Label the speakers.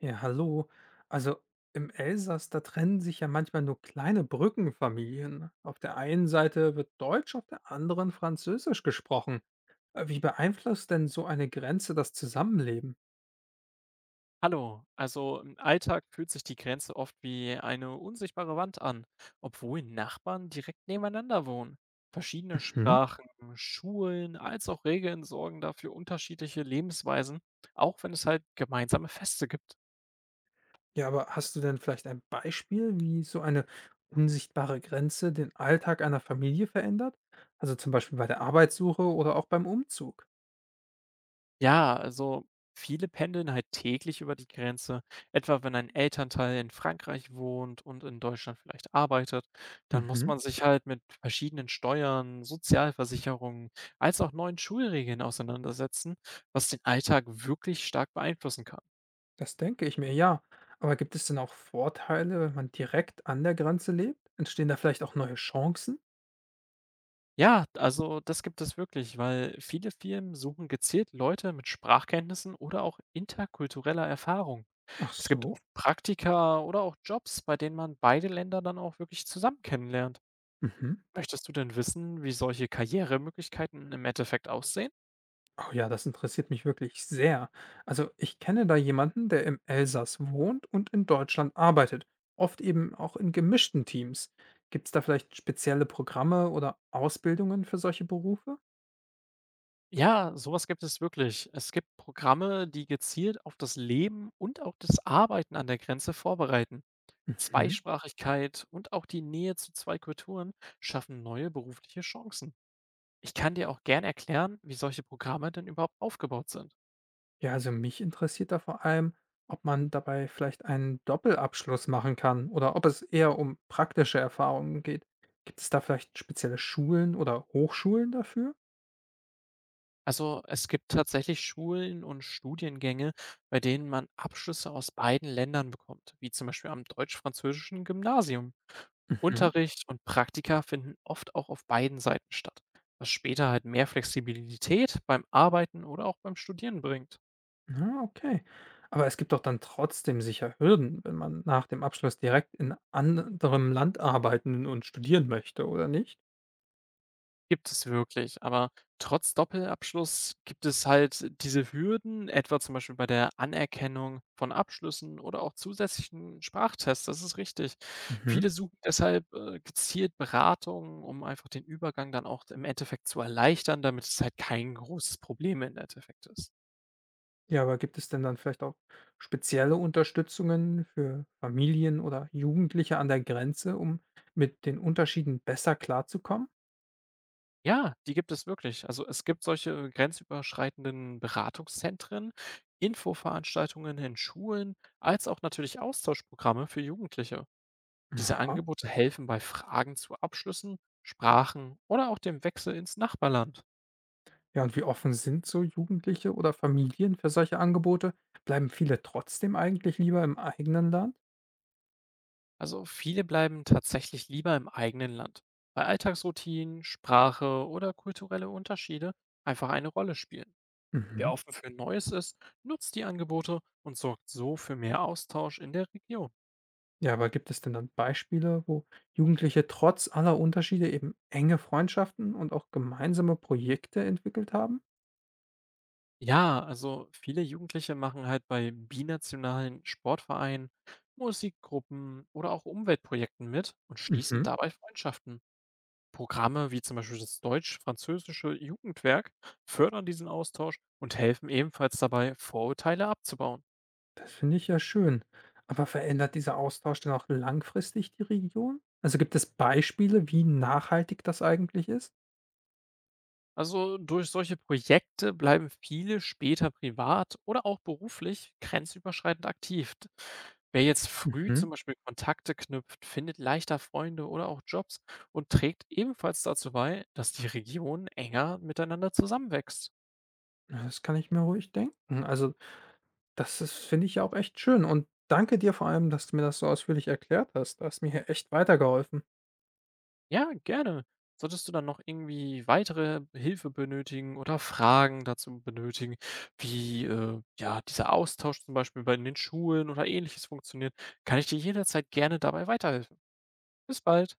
Speaker 1: Ja, hallo. Also im Elsass, da trennen sich ja manchmal nur kleine Brückenfamilien. Auf der einen Seite wird Deutsch, auf der anderen Französisch gesprochen. Wie beeinflusst denn so eine Grenze das Zusammenleben?
Speaker 2: Hallo, also im Alltag fühlt sich die Grenze oft wie eine unsichtbare Wand an, obwohl Nachbarn direkt nebeneinander wohnen. Verschiedene
Speaker 1: Mhm.
Speaker 2: Sprachen, Schulen als auch Regeln sorgen dafür unterschiedliche Lebensweisen, auch wenn es halt gemeinsame Feste gibt.
Speaker 1: Ja, aber hast du denn vielleicht ein Beispiel, wie so eine unsichtbare Grenze den Alltag einer Familie verändert? Also zum Beispiel bei der Arbeitssuche oder auch beim Umzug.
Speaker 2: Ja, also viele pendeln halt täglich über die Grenze. Etwa wenn ein Elternteil in Frankreich wohnt und in Deutschland vielleicht arbeitet, dann muss
Speaker 1: Mhm.
Speaker 2: man sich halt mit verschiedenen Steuern, Sozialversicherungen als auch neuen Schulregeln auseinandersetzen, was den Alltag wirklich stark beeinflussen kann.
Speaker 1: Das denke ich mir, ja. Aber gibt es denn auch Vorteile, wenn man direkt an der Grenze lebt? Entstehen da vielleicht auch neue Chancen?
Speaker 2: Ja, also das gibt es wirklich, weil viele Firmen suchen gezielt Leute mit Sprachkenntnissen oder auch interkultureller Erfahrung.
Speaker 1: Ach
Speaker 2: Es gibt auch
Speaker 1: so.
Speaker 2: Praktika oder auch Jobs, bei denen man beide Länder dann auch wirklich zusammen kennenlernt.
Speaker 1: Mhm.
Speaker 2: Möchtest du denn wissen, wie solche Karrieremöglichkeiten im Endeffekt aussehen?
Speaker 1: Oh ja, das interessiert mich wirklich sehr. Also ich kenne da jemanden, der im Elsass wohnt und in Deutschland arbeitet. Oft eben auch in gemischten Teams. Gibt es da vielleicht spezielle Programme oder Ausbildungen für solche Berufe?
Speaker 2: Ja, sowas gibt es wirklich. Es gibt Programme, die gezielt auf das Leben und auch das Arbeiten an der Grenze vorbereiten.
Speaker 1: Mhm.
Speaker 2: Zweisprachigkeit und auch die Nähe zu 2 Kulturen schaffen neue berufliche Chancen. Ich kann dir auch gern erklären, wie solche Programme denn überhaupt aufgebaut sind.
Speaker 1: Ja, also mich interessiert da vor allem, ob man dabei vielleicht einen Doppelabschluss machen kann oder ob es eher um praktische Erfahrungen geht. Gibt es da vielleicht spezielle Schulen oder Hochschulen dafür?
Speaker 2: Also es gibt tatsächlich Schulen und Studiengänge, bei denen man Abschlüsse aus beiden Ländern bekommt, wie zum Beispiel am deutsch-französischen Gymnasium.
Speaker 1: Mhm.
Speaker 2: Unterricht und Praktika finden oft auch auf beiden Seiten statt, was später halt mehr Flexibilität beim Arbeiten oder auch beim Studieren bringt.
Speaker 1: Ja, okay. Aber es gibt doch dann trotzdem sicher Hürden, wenn man nach dem Abschluss direkt in anderem Land arbeiten und studieren möchte, oder nicht?
Speaker 2: Gibt es wirklich, aber trotz Doppelabschluss gibt es halt diese Hürden, etwa zum Beispiel bei der Anerkennung von Abschlüssen oder auch zusätzlichen Sprachtests, das ist richtig. Viele suchen deshalb gezielt Beratung, um einfach den Übergang dann auch im Endeffekt zu erleichtern, damit es halt kein großes Problem im Endeffekt ist.
Speaker 1: Ja, aber gibt es denn dann vielleicht auch spezielle Unterstützungen für Familien oder Jugendliche an der Grenze, um mit den Unterschieden besser klarzukommen?
Speaker 2: Ja, die gibt es wirklich. Also, es gibt solche grenzüberschreitenden Beratungszentren, Infoveranstaltungen in Schulen, als auch natürlich Austauschprogramme für Jugendliche. Diese
Speaker 1: Aha.
Speaker 2: Angebote helfen bei Fragen zu Abschlüssen, Sprachen oder auch dem Wechsel ins Nachbarland.
Speaker 1: Ja, und wie offen sind so Jugendliche oder Familien für solche Angebote? Bleiben viele trotzdem eigentlich lieber im eigenen Land?
Speaker 2: Also viele bleiben tatsächlich lieber im eigenen Land, weil Alltagsroutinen, Sprache oder kulturelle Unterschiede einfach eine Rolle spielen. Wer
Speaker 1: Mhm.
Speaker 2: offen für Neues ist, nutzt die Angebote und sorgt so für mehr Austausch in der Region.
Speaker 1: Ja, aber gibt es denn dann Beispiele, wo Jugendliche trotz aller Unterschiede eben enge Freundschaften und auch gemeinsame Projekte entwickelt haben?
Speaker 2: Ja, also viele Jugendliche machen halt bei binationalen Sportvereinen, Musikgruppen oder auch Umweltprojekten mit und schließen
Speaker 1: Mhm.
Speaker 2: dabei Freundschaften. Programme wie zum Beispiel das deutsch-französische Jugendwerk fördern diesen Austausch und helfen ebenfalls dabei, Vorurteile abzubauen.
Speaker 1: Das finde ich ja schön. Aber verändert dieser Austausch denn auch langfristig die Region? Also gibt es Beispiele, wie nachhaltig das eigentlich ist?
Speaker 2: Also durch solche Projekte bleiben viele später privat oder auch beruflich grenzüberschreitend aktiv. Wer jetzt früh
Speaker 1: Mhm.
Speaker 2: zum Beispiel Kontakte knüpft, findet leichter Freunde oder auch Jobs und trägt ebenfalls dazu bei, dass die Region enger miteinander zusammenwächst.
Speaker 1: Ja, das kann ich mir ruhig denken. Also, das ist, finde ich ja auch echt schön. Und danke dir vor allem, dass du mir das so ausführlich erklärt hast. Du hast mir hier echt weitergeholfen.
Speaker 2: Ja, gerne. Solltest du dann noch irgendwie weitere Hilfe benötigen oder Fragen dazu benötigen, wie ja dieser Austausch zum Beispiel bei den Schulen oder ähnliches funktioniert, kann ich dir jederzeit gerne dabei weiterhelfen. Bis bald.